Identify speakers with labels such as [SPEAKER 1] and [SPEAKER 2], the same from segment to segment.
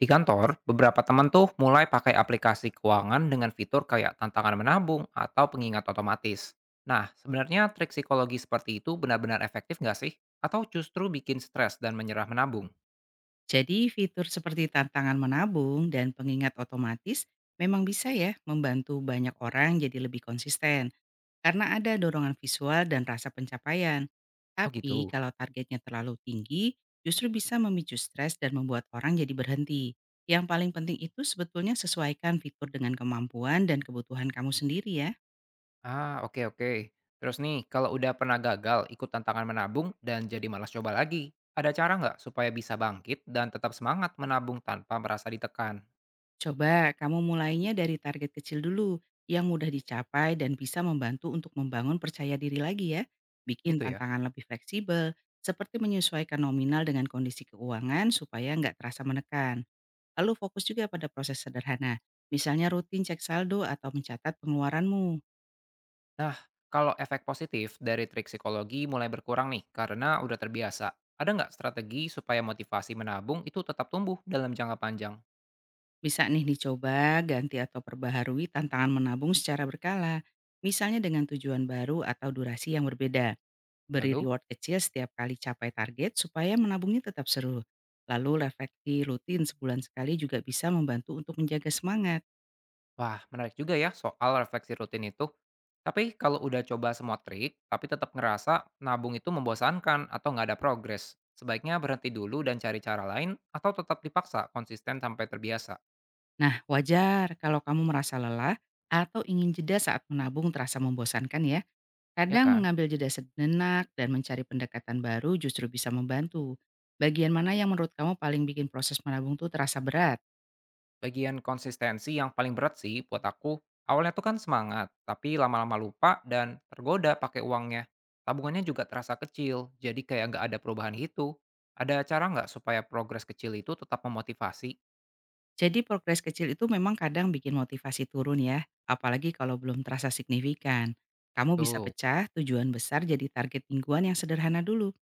[SPEAKER 1] Di kantor, beberapa teman tuh mulai pakai aplikasi keuangan dengan fitur kayak tantangan menabung atau pengingat otomatis. Nah, sebenarnya trik psikologi seperti itu benar-benar efektif nggak sih? Atau justru bikin stres dan menyerah menabung?
[SPEAKER 2] Jadi fitur seperti tantangan menabung dan pengingat otomatis memang bisa ya membantu banyak orang jadi lebih konsisten karena ada dorongan visual dan rasa pencapaian.
[SPEAKER 1] Oh
[SPEAKER 2] Tapi
[SPEAKER 1] gitu.
[SPEAKER 2] kalau targetnya terlalu tinggi, justru bisa memicu stres dan membuat orang jadi berhenti. Yang paling penting itu sebetulnya sesuaikan fitur dengan kemampuan dan kebutuhan kamu sendiri ya.
[SPEAKER 1] Ah, oke oke. Terus nih, kalau udah pernah gagal ikut tantangan menabung dan jadi malas coba lagi, ada cara nggak supaya bisa bangkit dan tetap semangat menabung tanpa merasa ditekan?
[SPEAKER 2] Coba kamu mulainya dari target kecil dulu yang mudah dicapai dan bisa membantu untuk membangun percaya diri lagi ya. Bikin
[SPEAKER 1] Gitu ya.
[SPEAKER 2] tantangan lebih fleksibel, seperti menyesuaikan nominal dengan kondisi keuangan supaya nggak terasa menekan. Lalu fokus juga pada proses sederhana, misalnya rutin cek saldo atau mencatat pengeluaranmu.
[SPEAKER 1] Nah, kalau efek positif dari trik psikologi mulai berkurang nih karena udah terbiasa, ada nggak strategi supaya motivasi menabung itu tetap tumbuh dalam jangka panjang?
[SPEAKER 2] Bisa nih dicoba ganti atau perbaharui tantangan menabung secara berkala, misalnya dengan tujuan baru atau durasi yang berbeda. Beri
[SPEAKER 1] Lalu,
[SPEAKER 2] reward kecil setiap kali capai target supaya menabungnya tetap seru. Lalu refleksi rutin sebulan sekali juga bisa membantu untuk menjaga semangat.
[SPEAKER 1] wah menarik juga ya soal refleksi rutin itu. Tapi kalau udah coba semua trik, tapi tetap ngerasa nabung itu membosankan atau nggak ada progres, sebaiknya berhenti dulu dan cari cara lain atau tetap dipaksa konsisten sampai terbiasa,
[SPEAKER 2] Nah, wajar kalau kamu merasa lelah atau ingin jeda saat menabung terasa membosankan ya.
[SPEAKER 1] ya
[SPEAKER 2] Kadang
[SPEAKER 1] kan?
[SPEAKER 2] mengambil jeda sejenak dan mencari pendekatan baru justru bisa membantu. Bagian mana yang menurut kamu paling bikin proses menabung tuh terasa berat?
[SPEAKER 1] Bagian konsistensi yang paling berat sih buat aku, awalnya tuh kan semangat, tapi lama-lama lupa dan tergoda pakai uangnya. Tabungannya juga terasa kecil, jadi kayak nggak ada perubahan gitu. Ada cara nggak supaya progres kecil itu tetap memotivasi?
[SPEAKER 2] Jadi progres kecil itu memang kadang bikin motivasi turun ya, apalagi kalau belum terasa signifikan. Kamu bisa
[SPEAKER 1] Tuh.
[SPEAKER 2] pecah tujuan besar jadi target mingguan yang sederhana dulu.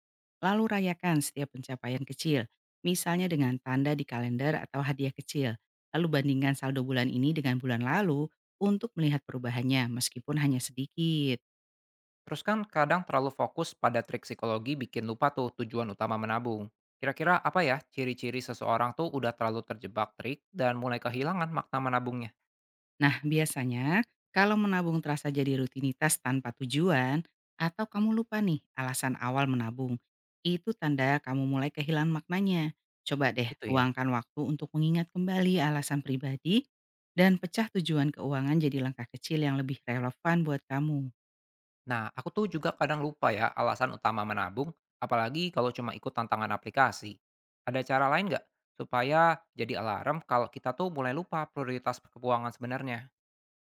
[SPEAKER 2] Lalu rayakan setiap pencapaian kecil, misalnya dengan tanda di kalender atau hadiah kecil. Lalu bandingkan saldo bulan ini dengan bulan lalu untuk melihat perubahannya meskipun hanya sedikit.
[SPEAKER 1] Terus kan kadang terlalu fokus pada trik psikologi bikin lupa tuh tujuan utama menabung. Kira-kira apa ya ciri-ciri seseorang tuh udah terlalu terjebak trik dan mulai kehilangan makna menabungnya?
[SPEAKER 2] Nah, biasanya kalau menabung terasa jadi rutinitas tanpa tujuan, atau kamu lupa nih alasan awal menabung, itu tanda kamu mulai kehilangan maknanya. Coba deh
[SPEAKER 1] Itu ya.
[SPEAKER 2] luangkan waktu untuk mengingat kembali alasan pribadi dan pecah tujuan keuangan jadi langkah kecil yang lebih relevan buat kamu.
[SPEAKER 1] Nah, aku tuh juga kadang lupa ya alasan utama menabung, apalagi kalau cuma ikut tantangan aplikasi. Ada cara lain nggak supaya jadi alarm kalau kita tuh mulai lupa prioritas keuangan sebenarnya?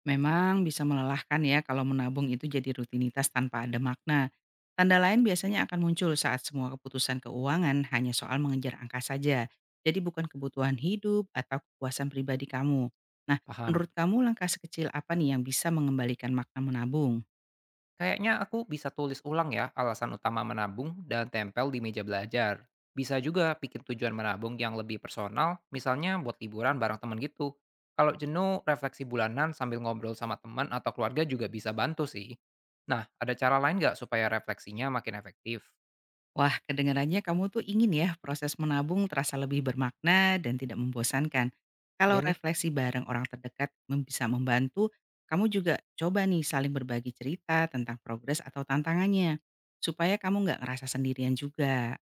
[SPEAKER 2] Memang bisa melelahkan ya kalau menabung itu jadi rutinitas tanpa ada makna. Tanda lain biasanya akan muncul saat semua keputusan keuangan hanya soal mengejar angka saja. Jadi bukan kebutuhan hidup atau kepuasan pribadi kamu. Nah,
[SPEAKER 1] Paham?
[SPEAKER 2] menurut kamu langkah sekecil apa nih yang bisa mengembalikan makna menabung?
[SPEAKER 1] Kayaknya aku bisa tulis ulang ya alasan utama menabung dan tempel di meja belajar. Bisa juga bikin tujuan menabung yang lebih personal, misalnya buat liburan bareng temen gitu. Kalau jenuh, refleksi bulanan sambil ngobrol sama teman atau keluarga juga bisa bantu sih. Nah, ada cara lain nggak supaya refleksinya makin efektif?
[SPEAKER 2] Wah, kedengarannya kamu tuh ingin ya proses menabung terasa lebih bermakna dan tidak membosankan. Kalau
[SPEAKER 1] Iya nih,
[SPEAKER 2] refleksi bareng orang terdekat bisa membantu, kamu juga coba nih saling berbagi cerita tentang progres atau tantangannya, supaya kamu nggak ngerasa sendirian juga.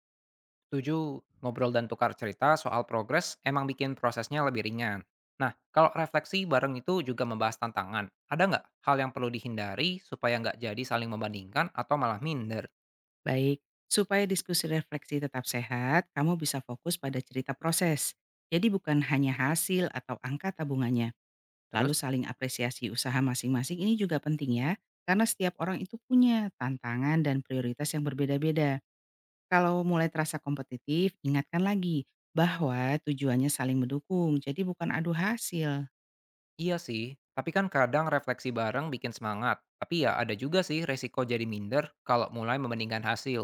[SPEAKER 1] setuju. Ngobrol dan tukar cerita soal progres emang bikin prosesnya lebih ringan. Nah, kalau refleksi bareng itu juga membahas tantangan, ada nggak hal yang perlu dihindari supaya nggak jadi saling membandingkan atau malah minder?
[SPEAKER 2] Baik, supaya diskusi refleksi tetap sehat, kamu bisa fokus pada cerita proses. Jadi bukan hanya hasil atau angka tabungannya. Lalu
[SPEAKER 1] Terus?
[SPEAKER 2] saling apresiasi usaha masing-masing ini juga penting ya, karena setiap orang itu punya tantangan dan prioritas yang berbeda-beda. Kalau mulai terasa kompetitif, ingatkan lagi bahwa tujuannya saling mendukung, jadi bukan adu hasil.
[SPEAKER 1] Iya sih, tapi kan kadang refleksi bareng bikin semangat. Tapi ya ada juga sih resiko jadi minder kalau mulai membandingkan hasil.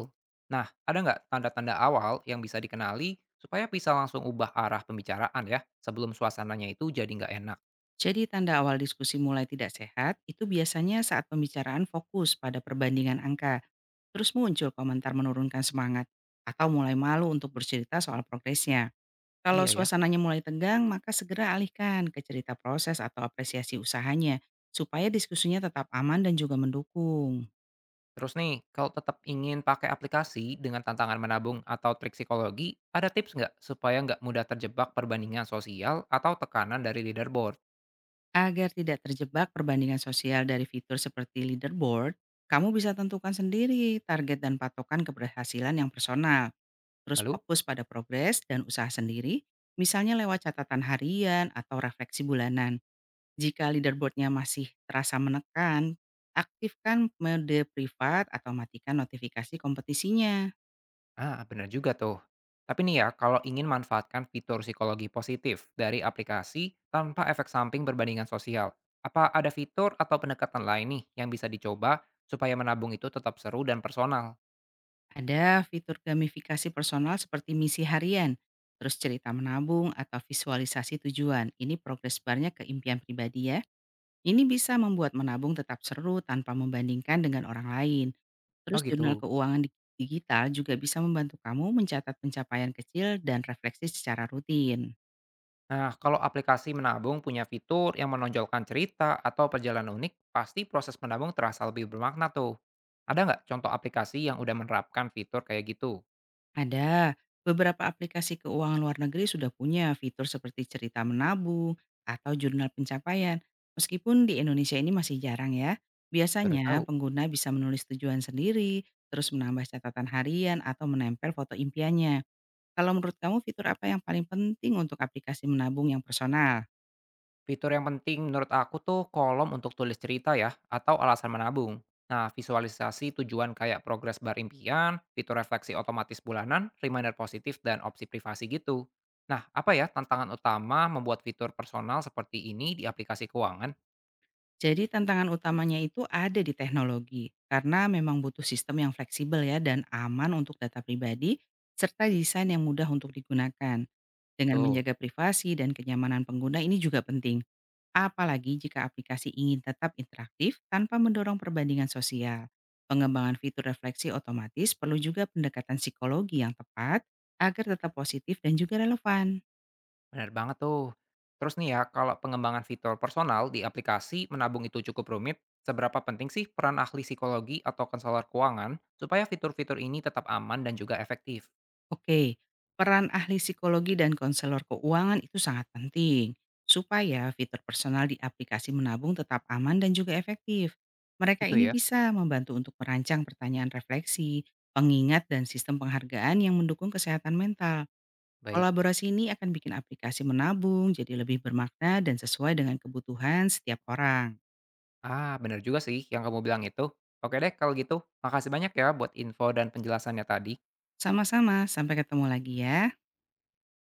[SPEAKER 1] Nah, ada nggak tanda-tanda awal yang bisa dikenali supaya bisa langsung ubah arah pembicaraan ya sebelum suasananya itu jadi nggak enak?
[SPEAKER 2] Jadi tanda awal diskusi mulai tidak sehat itu biasanya saat pembicaraan fokus pada perbandingan angka, terus muncul komentar menurunkan semangat, atau mulai malu untuk bercerita soal progresnya. Kalau
[SPEAKER 1] Iya ya.
[SPEAKER 2] suasananya mulai tegang, maka segera alihkan ke cerita proses atau apresiasi usahanya, supaya diskusinya tetap aman dan juga mendukung.
[SPEAKER 1] Terus nih, kalau tetap ingin pakai aplikasi dengan tantangan menabung atau trik psikologi, ada tips nggak supaya nggak mudah terjebak perbandingan sosial atau tekanan dari leaderboard?
[SPEAKER 2] Agar tidak terjebak perbandingan sosial dari fitur seperti leaderboard, kamu bisa tentukan sendiri target dan patokan keberhasilan yang personal. Terus
[SPEAKER 1] Lalu,
[SPEAKER 2] fokus pada progres dan usaha sendiri, misalnya lewat catatan harian atau refleksi bulanan. Jika leaderboardnya masih terasa menekan, aktifkan mode privat atau matikan notifikasi kompetisinya.
[SPEAKER 1] ah benar juga tuh. Tapi nih ya, kalau ingin manfaatkan fitur psikologi positif dari aplikasi tanpa efek samping perbandingan sosial, apa ada fitur atau pendekatan lain nih yang bisa dicoba supaya menabung itu tetap seru dan personal?
[SPEAKER 2] Ada fitur gamifikasi personal seperti misi harian, terus cerita menabung atau visualisasi tujuan. Ini progres barnya ke impian pribadi ya. Ini bisa membuat menabung tetap seru tanpa membandingkan dengan orang lain. Terus
[SPEAKER 1] Oh
[SPEAKER 2] jurnal
[SPEAKER 1] gitu.
[SPEAKER 2] keuangan digital juga bisa membantu kamu mencatat pencapaian kecil dan refleksi secara rutin.
[SPEAKER 1] Nah, kalau aplikasi menabung punya fitur yang menonjolkan cerita atau perjalanan unik, pasti proses menabung terasa lebih bermakna tuh. Ada nggak contoh aplikasi yang udah menerapkan fitur kayak gitu?
[SPEAKER 2] Ada. Beberapa aplikasi keuangan luar negeri sudah punya fitur seperti cerita menabung atau jurnal pencapaian. Meskipun di Indonesia ini masih jarang ya.
[SPEAKER 1] Baru
[SPEAKER 2] Biasanya
[SPEAKER 1] tahu.
[SPEAKER 2] pengguna bisa menulis tujuan sendiri, terus menambah catatan harian atau menempel foto impiannya. Kalau menurut kamu fitur apa yang paling penting untuk aplikasi menabung yang personal?
[SPEAKER 1] Fitur yang penting menurut aku tuh kolom untuk tulis cerita ya, atau alasan menabung. Nah, visualisasi tujuan kayak progres bar impian, fitur refleksi otomatis bulanan, reminder positif, dan opsi privasi gitu. Nah, apa ya tantangan utama membuat fitur personal seperti ini di aplikasi keuangan?
[SPEAKER 2] Jadi tantangan utamanya itu ada di teknologi, karena memang butuh sistem yang fleksibel ya dan aman untuk data pribadi, serta desain yang mudah untuk digunakan. Dengan
[SPEAKER 1] Betul.
[SPEAKER 2] menjaga privasi dan kenyamanan pengguna ini juga penting, apalagi jika aplikasi ingin tetap interaktif tanpa mendorong perbandingan sosial. Pengembangan fitur refleksi otomatis perlu juga pendekatan psikologi yang tepat agar tetap positif dan juga relevan.
[SPEAKER 1] Benar banget tuh. Terus nih ya, kalau pengembangan fitur personal di aplikasi menabung itu cukup rumit, seberapa penting sih peran ahli psikologi atau konselor keuangan supaya fitur-fitur ini tetap aman dan juga efektif?
[SPEAKER 2] Oke, peran ahli psikologi dan konselor keuangan itu sangat penting supaya fitur personal di aplikasi menabung tetap aman dan juga efektif. Mereka
[SPEAKER 1] Gitu
[SPEAKER 2] ini
[SPEAKER 1] ya?
[SPEAKER 2] bisa membantu untuk merancang pertanyaan refleksi, pengingat, dan sistem penghargaan yang mendukung kesehatan mental.
[SPEAKER 1] Baik.
[SPEAKER 2] Kolaborasi ini akan bikin aplikasi menabung jadi lebih bermakna dan sesuai dengan kebutuhan setiap orang.
[SPEAKER 1] Ah, benar juga sih yang kamu bilang itu. Oke deh, kalau gitu, makasih banyak ya buat info dan penjelasannya tadi.
[SPEAKER 2] Sama-sama, sampai ketemu lagi ya.